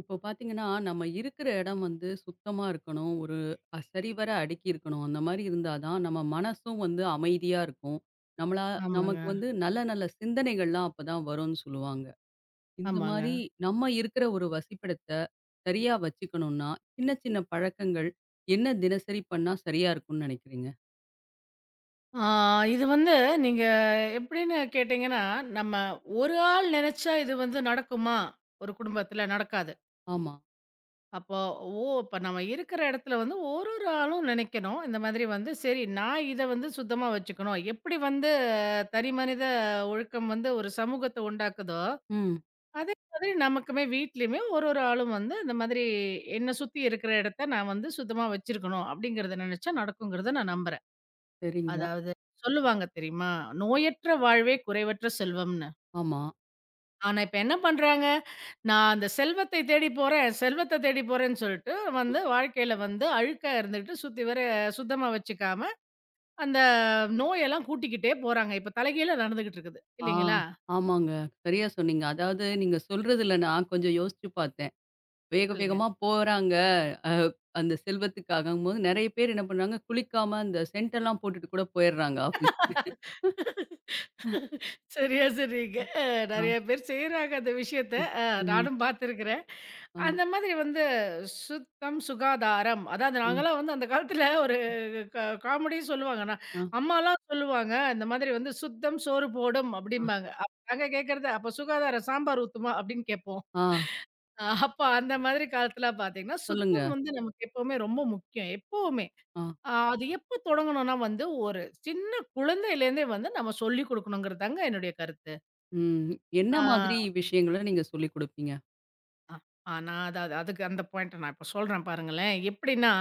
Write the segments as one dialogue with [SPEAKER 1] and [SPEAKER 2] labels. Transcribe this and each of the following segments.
[SPEAKER 1] இப்போ பார்த்தீங்கன்னா, நம்ம இருக்கிற இடம் வந்து சுத்தமா இருக்கணும். ஒரு சரிவர அடுக்கி இருக்கணும். அந்த மாரி இருந்தா தான் நம்ம மனசும் வந்து அமைதியா இருக்கும். நம்மளா
[SPEAKER 2] ஆமாங்க,
[SPEAKER 1] நமக்கு வந்து நல்ல நல்ல சிந்தனைகள்லாம் அப்பதான் வரும்னு சொல்லுவாங்க. இந்த
[SPEAKER 2] ஆமாங்க.
[SPEAKER 1] மாரி நம்ம இருக்கிற ஒரு வசிப்பிடத்த சரியா வச்சுக்கணும்னா, சின்ன சின்ன பழக்கங்கள் என்ன தினசரி பண்ணா சரியா இருக்கும்னு நெனைக்கிறீங்க?
[SPEAKER 2] ஆ இது வந்து நீங்க எப்படின்னு கேட்டீங்கன்னா, நம்ம ஒரு ஆள் நெனச்சா இது வந்து நடக்குமா? ஒரு குடும்பத்தில நடக்காது.
[SPEAKER 1] ஆமா.
[SPEAKER 2] அப்போ ஓ! இப்ப நம்ம இருக்கிற இடத்துல வந்து ஒரு ஒரு ஆளும் நெனைக்கணும். இந்த மாதிரி வந்து சரி நான் இத வந்து சுத்தமா வச்சுக்கணும். எப்படி வந்து தனி மனித ஒழுக்கம் வந்து ஒரு சமூகத்த உண்டாக்குதோ,
[SPEAKER 1] ம்.
[SPEAKER 2] அதே மாதிரி நமக்குமே வீட்லயுமே ஒரு ஒரு ஆளும் வந்து இந்த மாதிரி என்ன சுத்தி இருக்கிற இடத்த நான் வந்து சுத்தமா வச்சிருக்கணும். அப்படிங்கிறத நெனச்சா நடக்குங்கிறத நான் நம்புறேன்.
[SPEAKER 1] சரிங்க.
[SPEAKER 2] அதாவது சொல்லுவாங்க தெரியுமா? "நோயற்ற வாழ்வே குறைவற்ற செல்வம்ன்னு."
[SPEAKER 1] ஆமா.
[SPEAKER 2] ஆனா, இப்ப என்ன பண்றாங்க? நான் அந்த செல்வத்தை தேடி போறேன், செல்வத்த தேடி போறேன்னு சொல்லிட்டு வந்து வாழ்க்கையில வந்து அழுக்கா இருந்துட்டு சுத்தி வர சுத்தமா வச்சுக்காம, அந்த நோயெல்லாம் கூட்டிக்கிட்டே போறாங்க. இப்ப தலைகீழா நடந்துகிட்டு இருக்குது.
[SPEAKER 1] ஆ.
[SPEAKER 2] இல்லைங்களா?
[SPEAKER 1] ஆமாங்க. சரியா சொன்னீங்க. அதாவது நீங்க சொல்றதுல நான் கொஞ்சம் யோசிச்சு பார்த்தேன். வேக
[SPEAKER 2] சொல்லுங்க.
[SPEAKER 1] வேகமா போறாங்க. அ அந்த செல்வத்துக்காகங்கும்போது நெறைய பேர் என்ன பண்றாங்க, குளிக்காம அந்த சென்டெல்லாம் போட்டுட்டு கூட போயிடுறாங்க ஆஃபீஸ்க்கு.
[SPEAKER 2] சரியா சொன்னீங்க.
[SPEAKER 1] ஆ,
[SPEAKER 2] நெறைய பேர் செய்றாங்க அந்த விஷயத்த.
[SPEAKER 1] ம்,
[SPEAKER 2] அ
[SPEAKER 1] ம்,
[SPEAKER 2] நானும் பார்த்துருக்கிறேன்.
[SPEAKER 1] ஆ,
[SPEAKER 2] அந்த மாதிரி வந்து சுத்தம், சுகாதாரம். அதாவது
[SPEAKER 1] ஆ,
[SPEAKER 2] நாங்கலாம் வந்து அந்த காலத்துல ஒரு க காமெடி சொல்லுவாங்கன்னா, அம்மாலாம் சொல்லுவாங்க, இந்த மாதிரி வந்து "சுத்தம் சோறு போடும்"
[SPEAKER 1] ஆ, ஆ,
[SPEAKER 2] அப்படிம்பாங்க. அப்ப நாங்க கேட்கறது, "அப்ப சுகாதாரம் சாம்பார் ஊத்துமா?" அப்படின்னு கேட்போம்.
[SPEAKER 1] ஆ
[SPEAKER 2] அப்ப அந்த மாதிரி காலத்துல பாத்தீங்கன்னா,
[SPEAKER 1] சொல்லுங்க.
[SPEAKER 2] சுத்தம் வந்து நமக்கு எப்பவுமே ரொம்ப முக்கியம். எப்பவுமே.
[SPEAKER 1] ஆ,
[SPEAKER 2] அது எப்ப தொடங்கணும்னா வந்து, ஒரு சின்ன குழந்தையிலேருந்தே வந்து நம்ம சொல்லிக் குடுக்கணுங்கிறது தாங்க என்னுடைய கருத்து.
[SPEAKER 1] ம். என்ன
[SPEAKER 2] ஆ.
[SPEAKER 1] மாதிரி விஷயங்கள நீங்க சொல்லிக் குடுப்பீங்க?
[SPEAKER 2] அ, நான் அது அது அதுக்கு அந்த பாயிண்ட்ட நான் இப்ப சொல்றேன் பாருங்களேன். எப்படின்னா,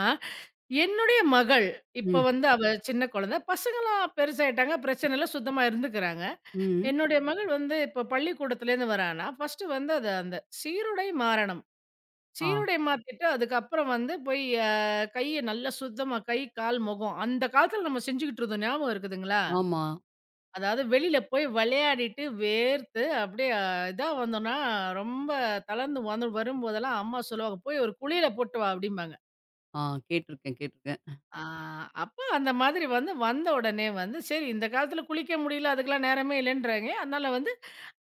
[SPEAKER 2] என்னுடைய மகள் இப்ப
[SPEAKER 1] ம்,
[SPEAKER 2] வந்து அவ சின்ன குழந்தை. பசங்கலாம் பெருசாயிட்டாங்க. பிரச்சனை இல்ல. சுத்தமா இருந்துக்கிறாங்க.
[SPEAKER 1] ம்.
[SPEAKER 2] என்னுடைய மகள் வந்து இப்ப பள்ளிக்கூடத்துலேருந்து வரான்னா, ஃபர்ஸ்ட்டு வந்து அது அந்த சீருடை மாறணும்.
[SPEAKER 1] ஆ,
[SPEAKER 2] சீருடை மாத்திட்டு அதுக்கப்புறம் வந்து போய் அ கைய நல்லா சுத்தமா கை, கால், முகம் அந்த காலத்துல நம்ம செஞ்சுகிட்டு இருந்தோம். ஞாபகம் இருக்குதுங்களா?
[SPEAKER 1] ஆமா.
[SPEAKER 2] அதாவது வெளியில போய் விளையாடிட்டு வேர்த்து அப்படியே இதா வந்தோம்னா, ரொம்ப தளர்ந்து வந்து வரும்போதெல்லாம் அம்மா சொல்லுவாங்க, "போய் ஒரு குளியல போட்டு வா" அப்படிம்பாங்க.
[SPEAKER 1] ஆ கேட்டுருக்கேன், கேட்டுருக்கேன்.
[SPEAKER 2] ஆ அப்ப அந்த மாதிரி வந்து வந்த உடனே வந்து, சரி இந்த காலத்துல குளிக்க முடியல, அதுக்கெல்லாம் நேரமே இல்லைன்றாய்ங்க. அதனால வந்து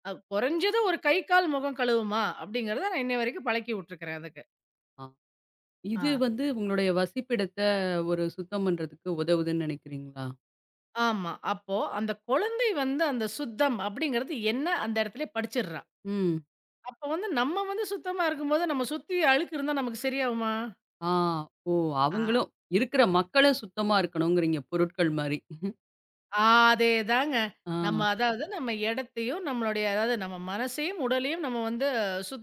[SPEAKER 2] குறைஞ்சது ஒரு கை, கால், முகம் கழுவுமா அப்படிங்கிறத நான் இன்னை வரைக்கும் பழக்கி விட்டுருக்கிறேன் அதுக்கு.
[SPEAKER 1] ஆ. இது
[SPEAKER 2] ஆ
[SPEAKER 1] வந்து உங்களுடைய வசிப்பிடத்த ஒரு சுத்தம் பண்றதுக்கு உதவுதுன்னு நெனைக்கிறீங்களா?
[SPEAKER 2] ஆமா. அப்போ அந்த குழந்தை வந்து அந்த சுத்தம் அப்படிங்கிறது என்ன அந்த இடத்திலேயே படிச்சிடுறா.
[SPEAKER 1] ம்.
[SPEAKER 2] அப்ப வந்து நம்ம வந்து சுத்தமா இருக்கும்போது, நம்ம சுத்தி அழுக்கு இருந்தா நமக்கு சரியாகுமா?
[SPEAKER 1] ஆ. ஓ!
[SPEAKER 2] ஆ
[SPEAKER 1] அவங்களும் இருக்கிற மக்களும் சுத்தமா இருக்கணுங்கிறீங்க பொருட்கள் மாரி.
[SPEAKER 2] ஆ அதேதாங்க.
[SPEAKER 1] ஆ.
[SPEAKER 2] நம்ம அதாவது நம்ம இடத்தையும், நம்மளுடைய அதாவது நம்ம மனசையும், உடலையும் நம்ம வந்து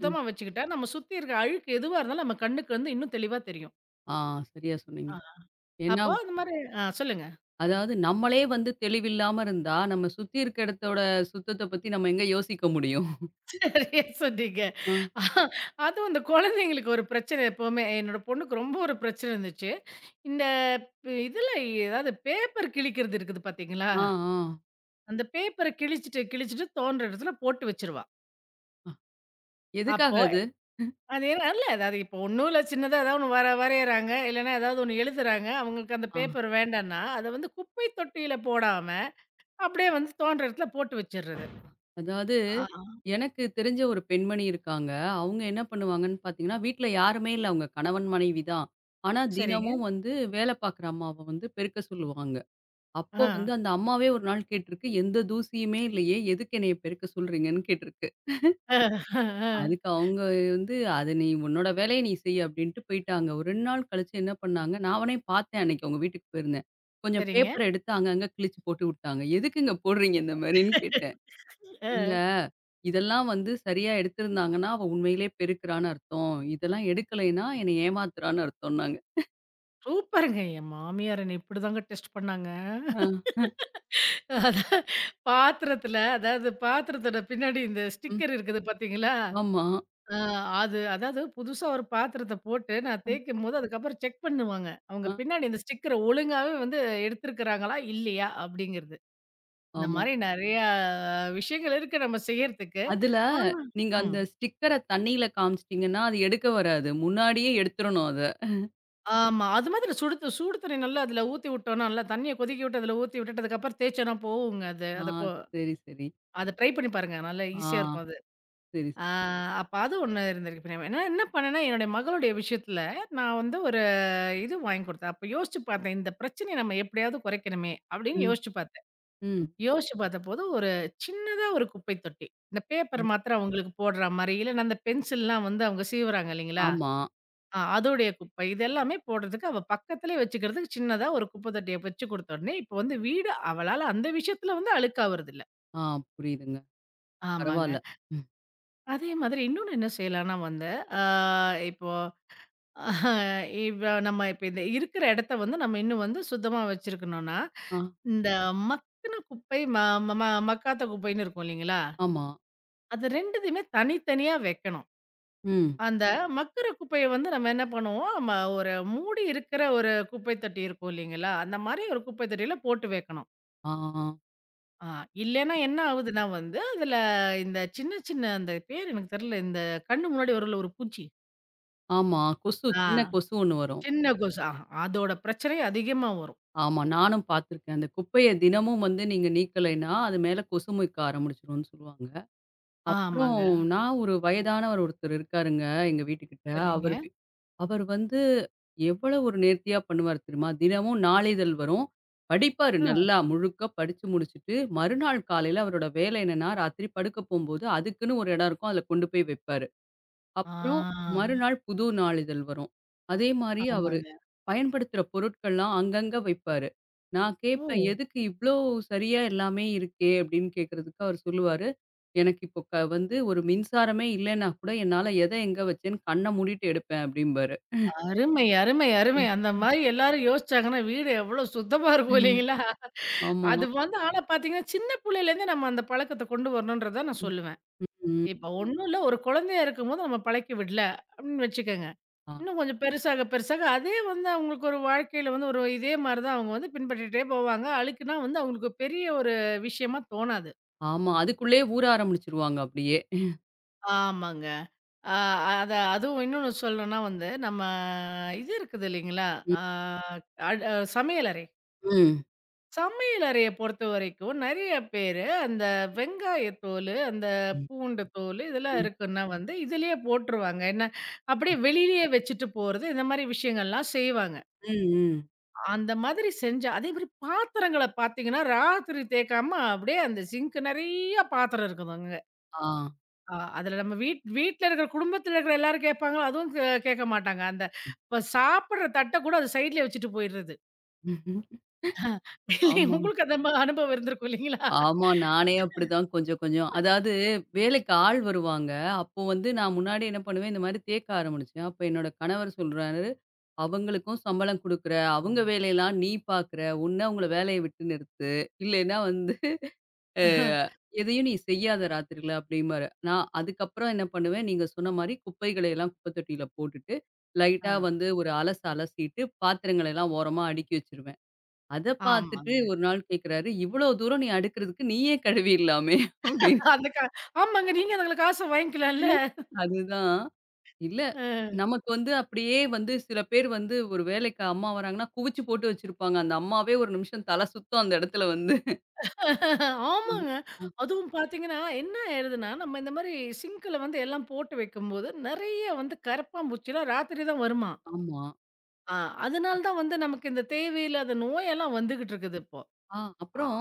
[SPEAKER 1] ம்.
[SPEAKER 2] வச்சுக்கிட்டா, நம்ம சுத்தி இருக்க அழுக்கு எதுவா இருந்தாலும் நம்ம கண்ணுக்கு வந்து இன்னும் தெளிவா தெரியும்.
[SPEAKER 1] ஆ சரியா சொன்னீங்க.
[SPEAKER 2] ஆ.
[SPEAKER 1] ஏன்னா,
[SPEAKER 2] அப்போ அந்த மாரி சொல்லுங்க.
[SPEAKER 1] அதாவது நம்மளே வந்து தெளிவில்லாம இருந்தா, நம்ம சுத்தி இருக்க இடத்தோட சுத்தத்த பத்தி நம்ம எங்க யோசிக்க முடியும்?
[SPEAKER 2] சரியா சொன்னீங்க.
[SPEAKER 1] ஆ.
[SPEAKER 2] அஹ், அதுவும் இந்த குழந்தைங்களுக்கு ஒரு பிரச்சனை எப்பவுமே என்னோட பொண்ணுக்கு ரொம்ப ஒரு பிரச்சனை இருந்துச்சு. இந்த இதுல ஏதாவது பேப்பர் கிழிக்கிறது இருக்குது பார்த்தீங்களா?
[SPEAKER 1] ஆ, ஆ.
[SPEAKER 2] அந்த பேப்பர கிழிச்சுட்டு கிழிச்சுட்டு தோன்ற இடத்துல போட்டு வச்சுருவா.
[SPEAKER 1] எதுக்காக
[SPEAKER 2] அப்போ
[SPEAKER 1] அது?
[SPEAKER 2] அது ஏன் அல்ல. அதாவது இப்போ ஒண்ணும் இல்ல சின்னதா ஏதாவது ஒண்ணு வர வரையறாங்க. இல்லன்னா ஏதாவது ஒண்ணு எழுதுறாங்க. அவங்களுக்கு அந்த
[SPEAKER 1] ஆ.
[SPEAKER 2] பேப்பர் வேண்டான்னா, அத வந்து குப்பை தொட்டியில போடாம, அப்படியே வந்து தோன்ற இடத்துல போட்டு வச்சுர்றது.
[SPEAKER 1] அதாவது
[SPEAKER 2] ஆ.
[SPEAKER 1] எனக்கு தெரிஞ்ச ஒரு பெண்மணி இருக்காங்க. அவங்க என்ன பண்ணுவாங்கன்னு பார்த்தீங்கன்னா, வீட்ல யாருமே இல்ல. அவங்க கணவன், மனைவி தான். ஆனா
[SPEAKER 2] சரிங்க.
[SPEAKER 1] தினமும் வந்து வேலை பார்க்குற அம்மாவ வந்து பெருக்க சொல்லுவாங்க. அப்போ
[SPEAKER 2] ஆ.
[SPEAKER 1] வந்து அந்த அம்மாவே ஒரு நாள் கேட்டிருக்கு, "எந்த தூசியுமே இல்லையே, எதுக்கு என்னைய பெருக்க சொல்றீங்கன்னு?" கேட்டிருக்கு.
[SPEAKER 2] ஆ, ஆ, ஆ.
[SPEAKER 1] அதுக்கு அவங்க வந்து, "அது நீ உன்னோட வேலைய நீ செய்" அப்படின்ட்டு போயிட்டாங்க. ஒரு 2 நாள் கழிச்சு என்ன பண்ணாங்க, நான் அவனையும் பார்த்தேன் அன்னைக்கு அவங்க வீட்டுக்கு போயிருந்தேன். கொஞ்சம்
[SPEAKER 2] சரிங்க.
[SPEAKER 1] பேப்பர எடுத்து அங்கங்க கிழிச்சு போட்டு விட்டாங்க. "எதுக்குங்க போடுறீங்க இந்த மாரின்னு?" கேட்டேன். "இல்ல,
[SPEAKER 2] அ.
[SPEAKER 1] இதெல்லாம் வந்து சரியா எடுத்திருந்தாங்கன்னா, அவ உண்மையிலே பெருக்குறான்னு அர்த்தம். இதெல்லாம் எடுக்கலைன்னா என்னை ஏமாத்துறான்னு அர்த்தம்னாங்க."
[SPEAKER 2] சூப்பருங்க. என் மாமியார் என்ன இப்படிதாங்க டெஸ்ட் பண்ணாங்க.
[SPEAKER 1] ஆ,
[SPEAKER 2] அதான் பாத்திரத்தில அதாவது பாத்திரத்தோட பின்னாடி இந்த
[SPEAKER 1] ம்.
[SPEAKER 2] ஸ்டிக்கர் இருக்குது பார்த்தீங்களா?
[SPEAKER 1] ஆமா.
[SPEAKER 2] ஆ அது அதாவது புதுசா ஒரு பாத்திரத்த போட்டு நான் தேய்க்கும்போது, அதுக்கப்புறம் செக் பண்ணுவாங்க. அவங்க
[SPEAKER 1] அ,
[SPEAKER 2] பின்னாடி இந்த ஸ்டிக்கர ஒழுங்காவே வந்து எடுத்திருக்கிறாங்களா? இல்லையா? அப்படிங்கிறது. இந்த
[SPEAKER 1] ஆமா.
[SPEAKER 2] மாரி நெறையா விஷயங்கள் இருக்கு நம்ம செய்யறதுக்கு.
[SPEAKER 1] அதுல
[SPEAKER 2] ஆமா.
[SPEAKER 1] நீங்க அந்த
[SPEAKER 2] ம்.
[SPEAKER 1] ஸ்டிக்கர தண்ணீல காமிச்சிட்டீங்கன்னா, அது எடுக்க வராது. முன்னாடியே எடுத்துறணும் அத.
[SPEAKER 2] ஆமா. அது மாதிரி சுடுத சூடு தண்ணி நல்லா அதுல ஊத்தி விட்டோம்னா, நல்லா தண்ணிய கொதிக்க விட்டு அதுல ஊத்தி விட்டுட்டு, அதுக்கப்புறம் தேய்ச்சோம்னா போகுங்க அது.
[SPEAKER 1] ஆ, சரி, சரி.
[SPEAKER 2] அத ட்ரை பண்ணி பாருங்க. நல்லா
[SPEAKER 1] ஆ.
[SPEAKER 2] ஈஸியா இருக்கும் அது.
[SPEAKER 1] சரி,
[SPEAKER 2] ஆ
[SPEAKER 1] சரி.
[SPEAKER 2] அப்ப அது ஒண்ணு இருந்திருக்கு. இப்ப நான் என்ன என்ன பண்ணேன்னா, என்னுடைய மகளுடைய விஷயத்துல நான் வந்து ஒரு இது வாங்கி குடுத்தேன். அப்ப யோசிச்சு பார்த்தேன். இந்த பிரச்சனைய நம்ம எப்படியாவது குறைக்கணுமே! அப்படின்னு
[SPEAKER 1] ம்,
[SPEAKER 2] யோசிச்சு பார்த்தேன்.
[SPEAKER 1] ம்.
[SPEAKER 2] யோசிச்சு பார்த்தபோது ஒரு சின்னதா ஒரு குப்பை தொட்டி. இந்த
[SPEAKER 1] அ,
[SPEAKER 2] பேப்பர் மாத்திரம் அவங்களுக்கு போடுற மாரி, இல்லன்னா அந்த பென்சில்லாம் வந்து அவங்க சீவுறாங்க இல்லைங்களா?
[SPEAKER 1] ஆமா.
[SPEAKER 2] அதோடைய குப்பை. இது எல்லாமே போடுறதுக்கு அவ பக்கத்திலே வச்சுக்கிறதுக்கு சின்னதா ஒரு குப்பை தொட்டிய வச்சு குடுத்த உடனே, இப்ப வந்து வீடு அவளால அந்த விஷயத்துல வந்து அழுக்காவறதில்ல.
[SPEAKER 1] ஆ புரியுதுங்க.
[SPEAKER 2] ஆமாங்க.
[SPEAKER 1] பரவால்ல. ம்.
[SPEAKER 2] அதே மாதிரி இன்னொன்னு என்ன செய்யலான்னா வந்து, ஆ இப்போ இவ நம்ம இப்ப இந்த இருக்கிற இடத்த வந்து நம்ம இன்னும் வந்து சுத்தமா வச்சிருக்கணும்னா,
[SPEAKER 1] ஆ,
[SPEAKER 2] இந்த மக்குன குப்பை, ம ம ம மக்காத குப்பைன்னு இருக்கும் இல்லைங்களா?
[SPEAKER 1] ஆமா.
[SPEAKER 2] அது 2த்தையுமே தனித்தனியா வைக்கணும்.
[SPEAKER 1] ம்.
[SPEAKER 2] அந்த மக்குற குப்பைய வந்து நம்ம என்ன பண்ணுவோம், ஒரு மூடி இருக்கிற ஒரு குப்பை தொட்டி இருக்கும் இல்லைங்களா? அந்த மாரி ஒரு குப்பை தொட்டியில போட்டு வைக்கணும்.
[SPEAKER 1] ஆ,
[SPEAKER 2] ஆ இல்லைன்னா என்ன ஆகுதுன்னா வந்து, அதுல இந்த சின்ன சின்ன அந்த பேர் எனக்கு தெரியல. இந்த கண்ணு முன்னாடி வரும்ல ஒரு பூச்சி.
[SPEAKER 1] ஆமா. கொசு,
[SPEAKER 2] ஆ
[SPEAKER 1] சின்ன கொசு ஒண்ணு வரும்.
[SPEAKER 2] சின்ன கொசு. அதோட பிரச்சனை அதிகமா வரும்.
[SPEAKER 1] ஆமா, நானும் பார்த்துருக்கேன். அந்த குப்பைய தினமும் வந்து நீங்க நீக்கலைன்னா, அது மேல கொசு மொய்க்க ஆரம்பிச்சுரும்னு சொல்லுவாங்க. அப்புறம்
[SPEAKER 2] ஆமாங்க.
[SPEAKER 1] நான் ஒரு வயதானவர் ஒருத்தர் இருக்காருங்க, எங்க வீட்டுக்கிட்ட.
[SPEAKER 2] சரிங்க.
[SPEAKER 1] அவரு அவர் வந்து எவ்வளவு ஒரு நேர்த்தியா பண்ணுவார் தெரியுமா? தினமும் நாளிதழ் வரும். படிப்பாரு
[SPEAKER 2] ஆ.
[SPEAKER 1] நல்லா முழுக்க படிச்சு முடிச்சுட்டு, மறுநாள் காலையில அவரோட வேலை என்னன்னா, ராத்திரி படுக்க போம்போது அதுக்குன்னு ஒரு இடம் இருக்கும். அதுல கொண்டு போய் வைப்பாரு. அப்புறம்
[SPEAKER 2] ஆ
[SPEAKER 1] மறுநாள் புது நாளிதழ் வரும். அதே மாரி அவரு
[SPEAKER 2] ஆமாங்க.
[SPEAKER 1] பயன்படுத்துற பொருட்கள்லாம் அங்கங்க வைப்பாரு. நான்
[SPEAKER 2] ஓ!
[SPEAKER 1] கேட்பேன், "எதுக்கு இவ்ளோ சரியா எல்லாமே இருக்கே?" அப்படின்னு கேட்கறதுக்கு அவர் சொல்லுவாரு, "எனக்கு இப்போ வந்து ஒரு மின்சாரமே இல்லன்னா கூட என்னால எத எங்க வச்சேன்னு கண்ண மூடிட்டு எடுப்பேன்" அப்படிம்பாரு.
[SPEAKER 2] அருமை, அருமை, அருமை.
[SPEAKER 1] ம்,
[SPEAKER 2] அந்த மாரி எல்லாரும் யோசிச்சாங்கன்னா, வீடு எவ்ளோ சுத்தமா இருக்கும்
[SPEAKER 1] ம்.
[SPEAKER 2] இல்லைங்களா?
[SPEAKER 1] ஆமா.
[SPEAKER 2] அது வந்து ஆனா பார்த்தீங்கன்னா, சின்ன புள்ளையிலேருந்தே நம்ம அந்த பழக்கத்த கொண்டு வரணுன்றத நான்
[SPEAKER 1] ம்,
[SPEAKER 2] சொல்லுவேன்.
[SPEAKER 1] ம்.
[SPEAKER 2] இப்ப ஒண்ணும் இல்ல, ஒரு குழந்தையா இருக்கும்போது நம்ம பழக்கி விடல அப்படின்னு வச்சுக்கங்க.
[SPEAKER 1] ஆ
[SPEAKER 2] இன்னும் கொஞ்சம் பெருசாக, பெருசாக அதே வந்து அவங்களுக்கு ஒரு வாழ்க்கையில வந்து ஒரு இதே மாரி தான் அவங்க வந்து பின்பற்றிட்டே போவாங்க. அழுக்குன்னா வந்து அவங்களுக்கு பெரிய ஒரு விஷயமா தோணாது.
[SPEAKER 1] ஆமா. அதுக்குள்ளயே ஊற ஆரம்பிச்சுருவாங்க அப்படியே.
[SPEAKER 2] ஆமாங்க. அ அத அதுவும் இன்னொன்னு சொல்லணும்னா வந்து, நம்ம இது இருக்குது இல்லைங்களா?
[SPEAKER 1] ம்,
[SPEAKER 2] அ அ சமையலறை.
[SPEAKER 1] ம்.
[SPEAKER 2] சமையல் அறைய பொறுத்தவரைக்கும் நெறைய பேரு அந்த வெங்காயத்தோலு, அந்த
[SPEAKER 1] ம்,
[SPEAKER 2] பூண்டு தோலு இதெல்லாம்
[SPEAKER 1] ம்,
[SPEAKER 2] இருக்குன்னா வந்து இதிலேயே போட்டுருவாங்க. என்ன அப்படியே
[SPEAKER 1] ம்.
[SPEAKER 2] வெளியிலேயே வச்சுட்டு போறது, இந்த மாரி விஷயங்கள்லாம் செய்வாங்க.
[SPEAKER 1] ம், ம்.
[SPEAKER 2] அந்த மாதிரி செஞ்சா அதேமாரி பாத்திரங்கள பார்த்தீங்கன்னா, ராத்திரி தேய்க்காம அப்படியே அந்த சிங்க் நெறைய பாத்திரம் இருக்குதுங்க.
[SPEAKER 1] ஆ.
[SPEAKER 2] அதில நம்ம வீட்ல இருக்கிற குடும்பத்தில இருக்கிற எல்லாரும் கேட்பாங்க. அதுவும் கேட்க மாட்டாங்க. அந்த இப்ப சாப்பிடுற தட்ட கூட அது சைட்லயே வச்சுட்டு போயிடுறது. இல்லையா
[SPEAKER 1] ஆமா.
[SPEAKER 2] உங்களுக்கு அந்த அனுபவம் இருந்திருக்கும் இல்லைங்களா?
[SPEAKER 1] ஆமா. நானே அப்படிதான் கொஞ்சம் கொஞ்சம். அதாவது வேலைக்கு ஆள் வருவாங்க. அப்போ வந்து நான் முன்னாடி என்ன பண்ணுவேன், இந்த மாரி தேக்க ஆரம்பிச்சேன். அப்ப என்னோட கணவர் சொல்றாரு, "அவங்களுக்கும் சம்பளம் குடுக்குற,
[SPEAKER 2] ஆ.
[SPEAKER 1] அவங்க வேலையெல்லாம் நீ பாக்குற, ஒண்ணு அவங்கள வேலைய விட்டு நிறுத்து, இல்லைன்னா வந்து" அ
[SPEAKER 2] அஹ.
[SPEAKER 1] எதையும் நீ செய்யாத ராத்திரில அப்படிம்பாரு. நான் அதுக்கப்புறம் என்ன பண்ணுவேன், நீங்க சொன்ன மாரி குப்பைகளை எல்லாம் குப்பை தொட்டியில போட்டுட்டு, லைட்டா
[SPEAKER 2] ஆ.
[SPEAKER 1] வந்து ஒரு அலசிட்டு, பாத்திரங்கள எல்லாம் ஓரமா அடுக்கி வச்சுருவேன். அத பார்த்துட்டு
[SPEAKER 2] ஆமாங்க.
[SPEAKER 1] ஒரு நாள் கேட்குறாரு, "இவ்வளோ தூரம் நீ அடுக்குறதுக்கு நீயே கழுவிடலாமே" அப்படின்னு.
[SPEAKER 2] அந்த கா ஆமாங்க. நீங்க அதுல காச வாங்கிக்கலாம்ல.
[SPEAKER 1] அதுதான். இல்ல, நமக்கு வந்து அப்படியே வந்து சில பேர் வந்து ஒரு வேலைக்கு அம்மா வராங்கன்னா, குவிச்சு போட்டு வச்சிருப்பாங்க. அந்த அம்மாவே ஒரு நிமிஷம் தல சுத்தும் அந்த இடத்துல வந்து.
[SPEAKER 2] ஆமாங்க. அதுவும் பார்த்தீங்கன்னா, என்ன ஆயிடுதுன்னா, நம்ம இந்த மாரி சிங்க்ல வந்து எல்லாம் போட்டு வைக்கும்போது, நெறைய வந்து கரப்பான்பூச்சிலாம் ராத்திரி தான் வருமாம்.
[SPEAKER 1] ஆமா.
[SPEAKER 2] ஆ அதனால தான் வந்து நமக்கு இந்த தேவையில்லாத நோயெல்லாம் வந்துகிட்டு இருக்குது இப்போ.
[SPEAKER 1] ஆ
[SPEAKER 2] ஆ,
[SPEAKER 1] அப்புறம்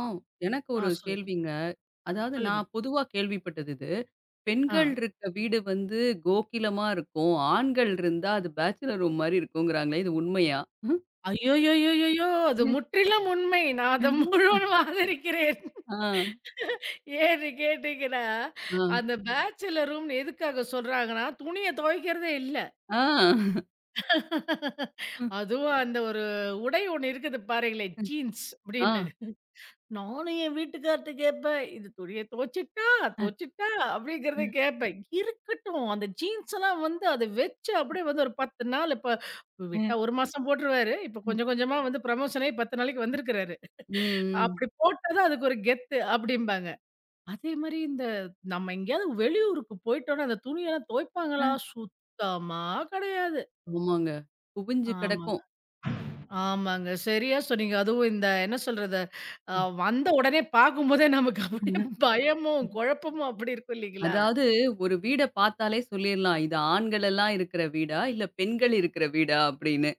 [SPEAKER 1] எனக்கு
[SPEAKER 2] ஆ
[SPEAKER 1] ஒரு
[SPEAKER 2] சொல்லுங்க,
[SPEAKER 1] கேள்விங்க. அதாவது
[SPEAKER 2] சொல்லுங்க.
[SPEAKER 1] நான் பொதுவா கேள்விப்பட்டது இது.
[SPEAKER 2] ஆ.
[SPEAKER 1] பெண்கள் இருக்க வீடு வந்து கோகிலமா இருக்கும். ஆண்கள் இருந்தா அது பேச்சுலர் ரூம் மாரி இருக்குங்கிறாங்களே! இது உண்மையா?
[SPEAKER 2] ஐய்யய்யய்யய்யோ! அது முற்றிலும் உண்மை. நான் அத முழுவதும் ஆதரிக்கிறேன்.
[SPEAKER 1] ஆ,
[SPEAKER 2] ஏன்னு கேட்டீங்கன்னா,
[SPEAKER 1] ஆ, ஆ.
[SPEAKER 2] அந்த ம். பேச்சுலர் ரூம்னு எதுக்காக சொல்றாங்கன்னா, துணிய துவைக்கிறதே இல்ல.
[SPEAKER 1] ஆ. ம்,
[SPEAKER 2] அதுவும் அந்த ஒரு உடை ஒண்ணு இருக்குது பாருங்களேன்,
[SPEAKER 1] ம்.
[SPEAKER 2] ஜீன்ஸ் அப்படின்னு. நானும் என் வீட்டுக்கார்ட்ட கேட்பேன், "இது துணிய துவைச்சுட்டா?" அப்படிங்கிறத கேட்பேன். இருக்கட்டும், அந்த ஜீன்ஸ்லாம் வந்து அத வச்சு அப்படியே வந்து ஒரு 10 நாள் இப்ப விட்டா 1 மாசம் போட்டுருவாரு. இப்ப கொஞ்சம் கொஞ்சமா வந்து ப்ரமோஷன் ஆயி 10 நாளைக்கு வந்திருக்கிறாரு. அப்படி போட்டா தான் அதுக்கு ஒரு கெத்து அப்படிம்பாங்க. அதே மாரி இந்த நம்ம எங்கேயாவது வெளியூருக்கு போயிட்டோம்னா, அந்த துணியெல்லாம் துவைப்பாங்களா? சுத்தமா கிடையாது.
[SPEAKER 1] ஆமாங்க. குவிஞ்சு
[SPEAKER 2] ஆமாங்க,
[SPEAKER 1] கிடக்கும்.
[SPEAKER 2] ஆமாங்க. சரியா சொன்னீங்க. அதுவும் இந்த என்ன சொல்றது? அ வந்த உடனே பார்க்கும்போதே நமக்கு அப்படியே பயமும், குழப்பமும் அப்படி இருக்கும் இல்லைங்களா?
[SPEAKER 1] அதாவது ஒரு வீட பார்த்தாலே சொல்லிர்லாம். இது ஆண்கள் எல்லாம் இருக்கிற வீடா? இல்ல பெண்கள் இருக்கிற வீடா? அப்படின்னு.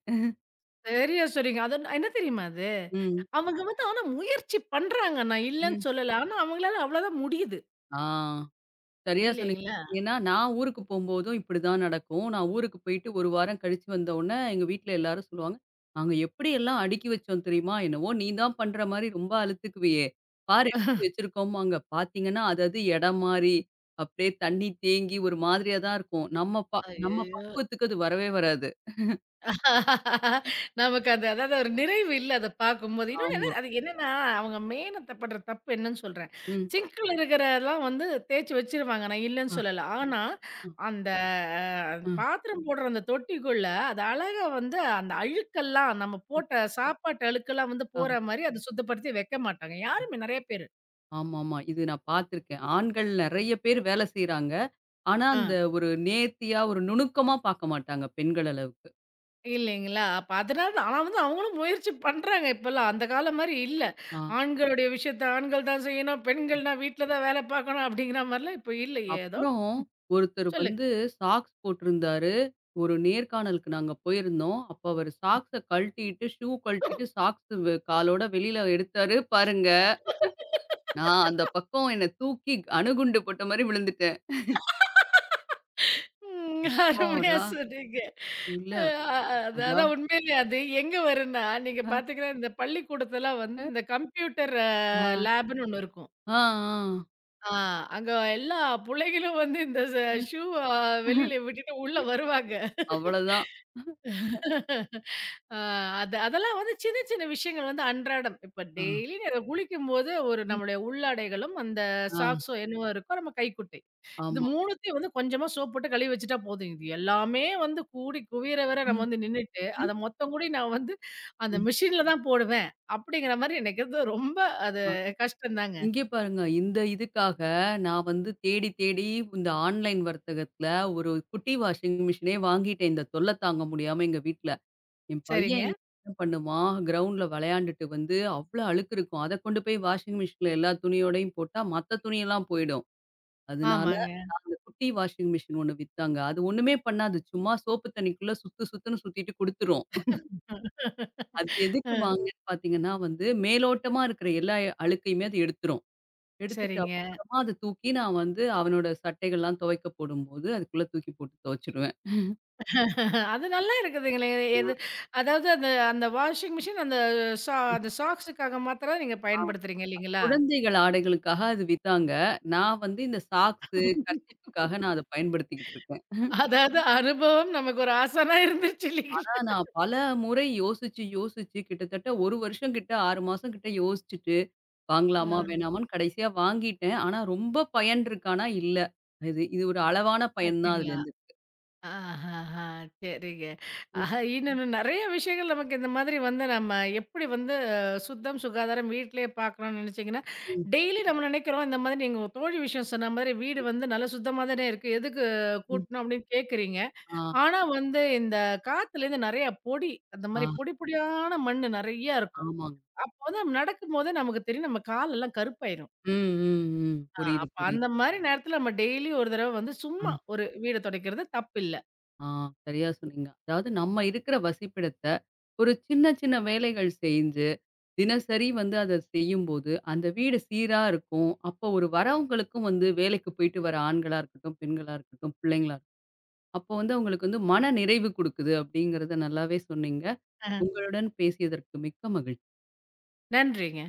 [SPEAKER 2] சரியா சொன்னீங்க. அது என்ன தெரியுமா அது?
[SPEAKER 1] ம்,
[SPEAKER 2] அவங்க வந்து ஆனா முயற்சி பண்றாங்க. நான் இல்லன்னு
[SPEAKER 1] ம்.
[SPEAKER 2] சொல்லல. ஆனா அவங்களால அவ்வளோதான் முடியுது.
[SPEAKER 1] ஆ. சரியா சொன்னீங்க.
[SPEAKER 2] இல்லைங்களா?
[SPEAKER 1] ஏன்னா, நான் ஊருக்கு போம்போதும் இப்படிதான் நடக்கும். நான் ஊருக்கு போயிட்டு 1 வாரம் கழிச்சு வந்த உடனே, எங்க வீட்ல எல்லாரும் சொல்லுவாங்க, "நாங்க எப்படியெல்லாம் அடுக்கி வச்சோம் தெரியுமா? என்னவோ நீ தான் பண்ற மாரி ரொம்ப அலுத்துக்குவியே! பாரு எப்படி வச்சிருக்கோம்பாங்க." பாத்தீங்கன்னா, அது அது இடம் மாறி, அப்படியே தண்ணி தேங்கி ஒரு மாதிரியா தான் இருக்கும். நம்ம
[SPEAKER 2] ஐயயோ!
[SPEAKER 1] பக்குவத்துக்கு அது வரவே வராது.
[SPEAKER 2] நமக்கு அது அதாவது ஒரு நிறைவு இல்ல அத பார்க்கும்போது. இன்னொன்னு என்ன
[SPEAKER 1] ஆமா.
[SPEAKER 2] அது என்னன்னா, அவங்க மெயினா பண்ற தப்பு என்னன்னு சொல்றேன்.
[SPEAKER 1] ம்.
[SPEAKER 2] சிங்க்ல இருக்கிறதெல்லாம் வந்து தேய்ச்சு வச்சுருவாங்க. நான் இல்லன்னு
[SPEAKER 1] அ,
[SPEAKER 2] சொல்லல. ஆனா,
[SPEAKER 1] அ,
[SPEAKER 2] அந்த
[SPEAKER 1] அ,
[SPEAKER 2] பாத்திரம் போடுற அந்த தொட்டிக்குள்ள அது அழகா வந்து அந்த அழுக்கெல்லாம் நம்ம போட்ட சாப்பாட்டு அழுக்கெல்லாம் வந்து
[SPEAKER 1] ஆமா.
[SPEAKER 2] போற மாரி அத சுத்தப்படுத்தி வைக்க மாட்டாங்க. யாருமே நெறைய பேரு.
[SPEAKER 1] ஆமாமா. இது நான் பாத்துருக்கேன். ஆண்கள் நெறைய பேர் வேலை செய்றாங்க. ஆனா,
[SPEAKER 2] ஆ.
[SPEAKER 1] அந்த ஒரு நேர்த்தியா, ஒரு நுணுக்கமா பார்க்க மாட்டாங்க, பெண்கள் அளவுக்கு.
[SPEAKER 2] இல்லைங்களா? அப்ப அதனால ஆனா வந்து அவங்களும் முயற்சி பண்றாங்க இப்பல்லாம். அந்த காலம் மாரி இல்ல.
[SPEAKER 1] ஆ.
[SPEAKER 2] ஆண்களுடைய விஷயத்த ஆண்கள் தான் செய்யணும். பெண்கள்னா வீட்ல தான் வேல பார்க்கணும் அப்படிங்கிற மாரிலாம் இப்ப இல்ல. ஏதோ
[SPEAKER 1] அப்புறம் ஒருத்தர்
[SPEAKER 2] சொல்லுங்க.
[SPEAKER 1] வந்து சாக்ஸ் போட்டிருந்தாரு. ஒரு நேர்காணலுக்கு நாங்க போயிருந்தோம். அப்ப அவரு சாக்ஸ கழட்டிட்டு, ஷூ கழட்டிட்டு, சாக்ஸ் வெ காலோட வெளியில எடுத்தாரு பாருங்க. நான் அந்த பக்கம் என்ன தூக்கி அணுகுண்டு போட்ட மாரி விழுந்துட்டேன்.
[SPEAKER 2] ம். அருமையா
[SPEAKER 1] அப்பாடா!
[SPEAKER 2] சொன்னீங்க.
[SPEAKER 1] இல்ல
[SPEAKER 2] அ அது
[SPEAKER 1] அதான்
[SPEAKER 2] அதான் உண்மையிலேயே அது எங்க வரும்னா, நீங்க பார்த்தீங்கன்னா, இந்த பள்ளிக்கூடத்துலாம் வந்து இந்த கம்ப்யூட்டர்
[SPEAKER 1] ஆ,
[SPEAKER 2] லேப்ன்னு ஒண்ணு இருக்கும்.
[SPEAKER 1] ஆ, ஆ.
[SPEAKER 2] ஆ அங்க எல்லா புள்ளைகளும் வந்து இந்த
[SPEAKER 1] ம்.
[SPEAKER 2] ஷூ அ வெளியில விட்டுட்டு உள்ள வருவாங்க.
[SPEAKER 1] அவ்வளதான்.
[SPEAKER 2] அ அது அதெல்லாம் வந்து சின்ன சின்ன விஷயங்கள் வந்து அன்றாடம். இப்ப
[SPEAKER 1] ஆ,
[SPEAKER 2] டெய்லி நீங்க குளிக்கும்போது ஒரு நம்முடைய உள்ளாடைகளும், அந்த
[SPEAKER 1] ஆ,
[SPEAKER 2] சாக்ஸோ என்னவோ இருக்கோ நம்ம கைக்குட்டை. இது
[SPEAKER 1] ஆமா.
[SPEAKER 2] 3த்தையும் வந்து கொஞ்சமா சோப் போட்டு கழுவி வச்சுட்டா போதும். இது எல்லாமே வந்து கூடி குவியற வர நம்ம
[SPEAKER 1] ம்.
[SPEAKER 2] வந்து நின்னுட்டு, அத மொத்தம் கூடி நான் வந்து அந்த
[SPEAKER 1] ம்.
[SPEAKER 2] மிஷின்ல தான் போடுவேன். அப்படிங்கிற மாரி நினைக்கிறது ரொம்ப அது கஷ்டம் தாங்க.
[SPEAKER 1] இங்கே பாருங்க, இந்த இதுக்காக நான் வந்து தேடி தேடி இந்த ஆன்லைன் வர்த்தகத்துல ஒரு குட்டி வாஷிங் மிஷினே வாங்கிட்டேன். இந்த தொல்ல தாங்க முடியாம எங்க வீட்ல. என் பையன்
[SPEAKER 2] சரிங்க.
[SPEAKER 1] என்ன பண்ணுவான், கிரவுண்ட்ல விளையாண்டுட்டு வந்து அவ்ளோ அழுக்கு இருக்கும். அத கொண்டு போய் வாஷிங் மிஷின்ல எல்லா துணியோடையும் போட்டா மத்த துணியெல்லாம் போயிடும். அதனால
[SPEAKER 2] ஆமாங்க.
[SPEAKER 1] அந்த குட்டி வாஷிங் மிஷின் ஒண்ணு வித்தாங்க. அது ஒண்ணுமே பண்ணாது. சும்மா சோப்பு தண்ணிக்குள்ள சுத்து சுத்துன்னு சுத்திட்டு குடுத்துரும். அது எதுக்கு
[SPEAKER 2] அ.
[SPEAKER 1] வாங்குனேன்னு பார்த்தீங்கன்னா வந்து, மேலோட்டமா இருக்கிற எல்லா அழுக்கையுமே அது எடுத்துரும். எடுத்துட்டு
[SPEAKER 2] சரிங்க.
[SPEAKER 1] அப்புறமா அத தூக்கி நான் வந்து அவனோட சட்டைகள்லாம் துவைக்க போடும்போது, அதுக்குள்ள தூக்கி போட்டு துவைச்சுருவேன்.
[SPEAKER 2] அது நல்லா இருக்குதுங்களே! எது அதாவது அந்த அந்த வாஷிங் மிஷின் அந்த அந்த சாக்ஸுக்காக மாத்திரம் நீங்க
[SPEAKER 1] ஆ
[SPEAKER 2] பயன்படுத்துறீங்க இல்லைங்களா?
[SPEAKER 1] குழந்தைகள் ஆடைகளுக்காக அது வித்தாங்க. நான் வந்து இந்த சாக்ஸு, கர்ச்சீஃப்க்காக நான் அத பயன்படுத்திக்கிட்டு இருக்கேன்.
[SPEAKER 2] அதாவது அனுபவம் நமக்கு ஒரு ஆசானா இருந்துருச்சு இல்லைங்களா?
[SPEAKER 1] ஆனா நான் பல முறை யோசிச்சு, யோசிச்சு கிட்டத்தட்ட 1 வருஷம் கிட்ட 6 மாசம் கிட்ட யோசிச்சுட்டு,
[SPEAKER 2] ஆ
[SPEAKER 1] வாங்கலாமா? வேணாமான்னு கடைசியா வாங்கிட்டேன். ஆனா ரொம்ப பயன் இருக்கான்னா இல்ல. இது இது ஒரு அளவான பயன் தான்
[SPEAKER 2] அப்படிங்களா?
[SPEAKER 1] அதுலேருந்து.
[SPEAKER 2] ஆஹஹா! சரிங்க.
[SPEAKER 1] ம்,
[SPEAKER 2] ஆஹா இன்னொன்னு நெறைய விஷயங்கள் நமக்கு இந்த மாதிரி வந்து நம்ம எப்படி வந்து சுத்தம், சுகாதாரம் வீட்லயே பார்க்கணும்னு நினைச்சீங்கன்னா,
[SPEAKER 1] ம்,
[SPEAKER 2] டெய்லி நம்ம நினைக்கிறோம் இந்த மாதிரி நீங்க உங்க தோழி விஷயம் சொன்ன மாதிரி வீடு வந்து நல்லா சுத்தமா தானே இருக்கு. எதுக்கு
[SPEAKER 1] ம்.
[SPEAKER 2] கூட்டணும் அப்படின்னு கேட்கிறீங்க.
[SPEAKER 1] ஆ,
[SPEAKER 2] ஆனா வந்து இந்த காத்துலேருந்து நெறைய பொடி, அந்த
[SPEAKER 1] ஆ,
[SPEAKER 2] மாரி பொடி பொடியான மண்ணு நெறைய இருக்கும்.
[SPEAKER 1] ஆமாங்க.
[SPEAKER 2] அப்போ வந்து நம்ம நடக்கும்போதே நமக்கு தெரியும் நம்ம காலெல்லாம் கருப்பாயிரும்.
[SPEAKER 1] ம், ம், ம். புரியுது,
[SPEAKER 2] அப்ப அந்த
[SPEAKER 1] புரியுது.
[SPEAKER 2] மாரி நேரத்துல நம்ம டெய்லி ஒரு தடவ வந்து
[SPEAKER 1] ஆ.
[SPEAKER 2] சும்மா ஒரு வீட துடைக்கிறது தப்பில்ல.
[SPEAKER 1] ஆ, சரியா சொன்னீங்க. அதாவது நம்ம இருக்கிற வசிப்பிடத்த, ஒரு சின்ன சின்ன வேலைகள் செஞ்சு, தினசரி வந்து அத செய்யும்போது, அந்த வீடு சீரா இருக்கும். அப்போ ஒரு வரவங்களுக்கும் வந்து வேலைக்கு போயிட்டு வர ஆண்களா இருக்கட்டும், பெண்களா இருக்கட்டும், பிள்ளைங்களா இருக்கட்டும், அப்போ வந்து அவங்களுக்கு வந்து மன நிறைவு குடுக்குது, அப்படிங்கிறத நல்லாவே சொன்னீங்க. உங்களுடன் பேசியதற்கு மிக்க மகிழ்ச்சி.
[SPEAKER 2] நன்றிங்க.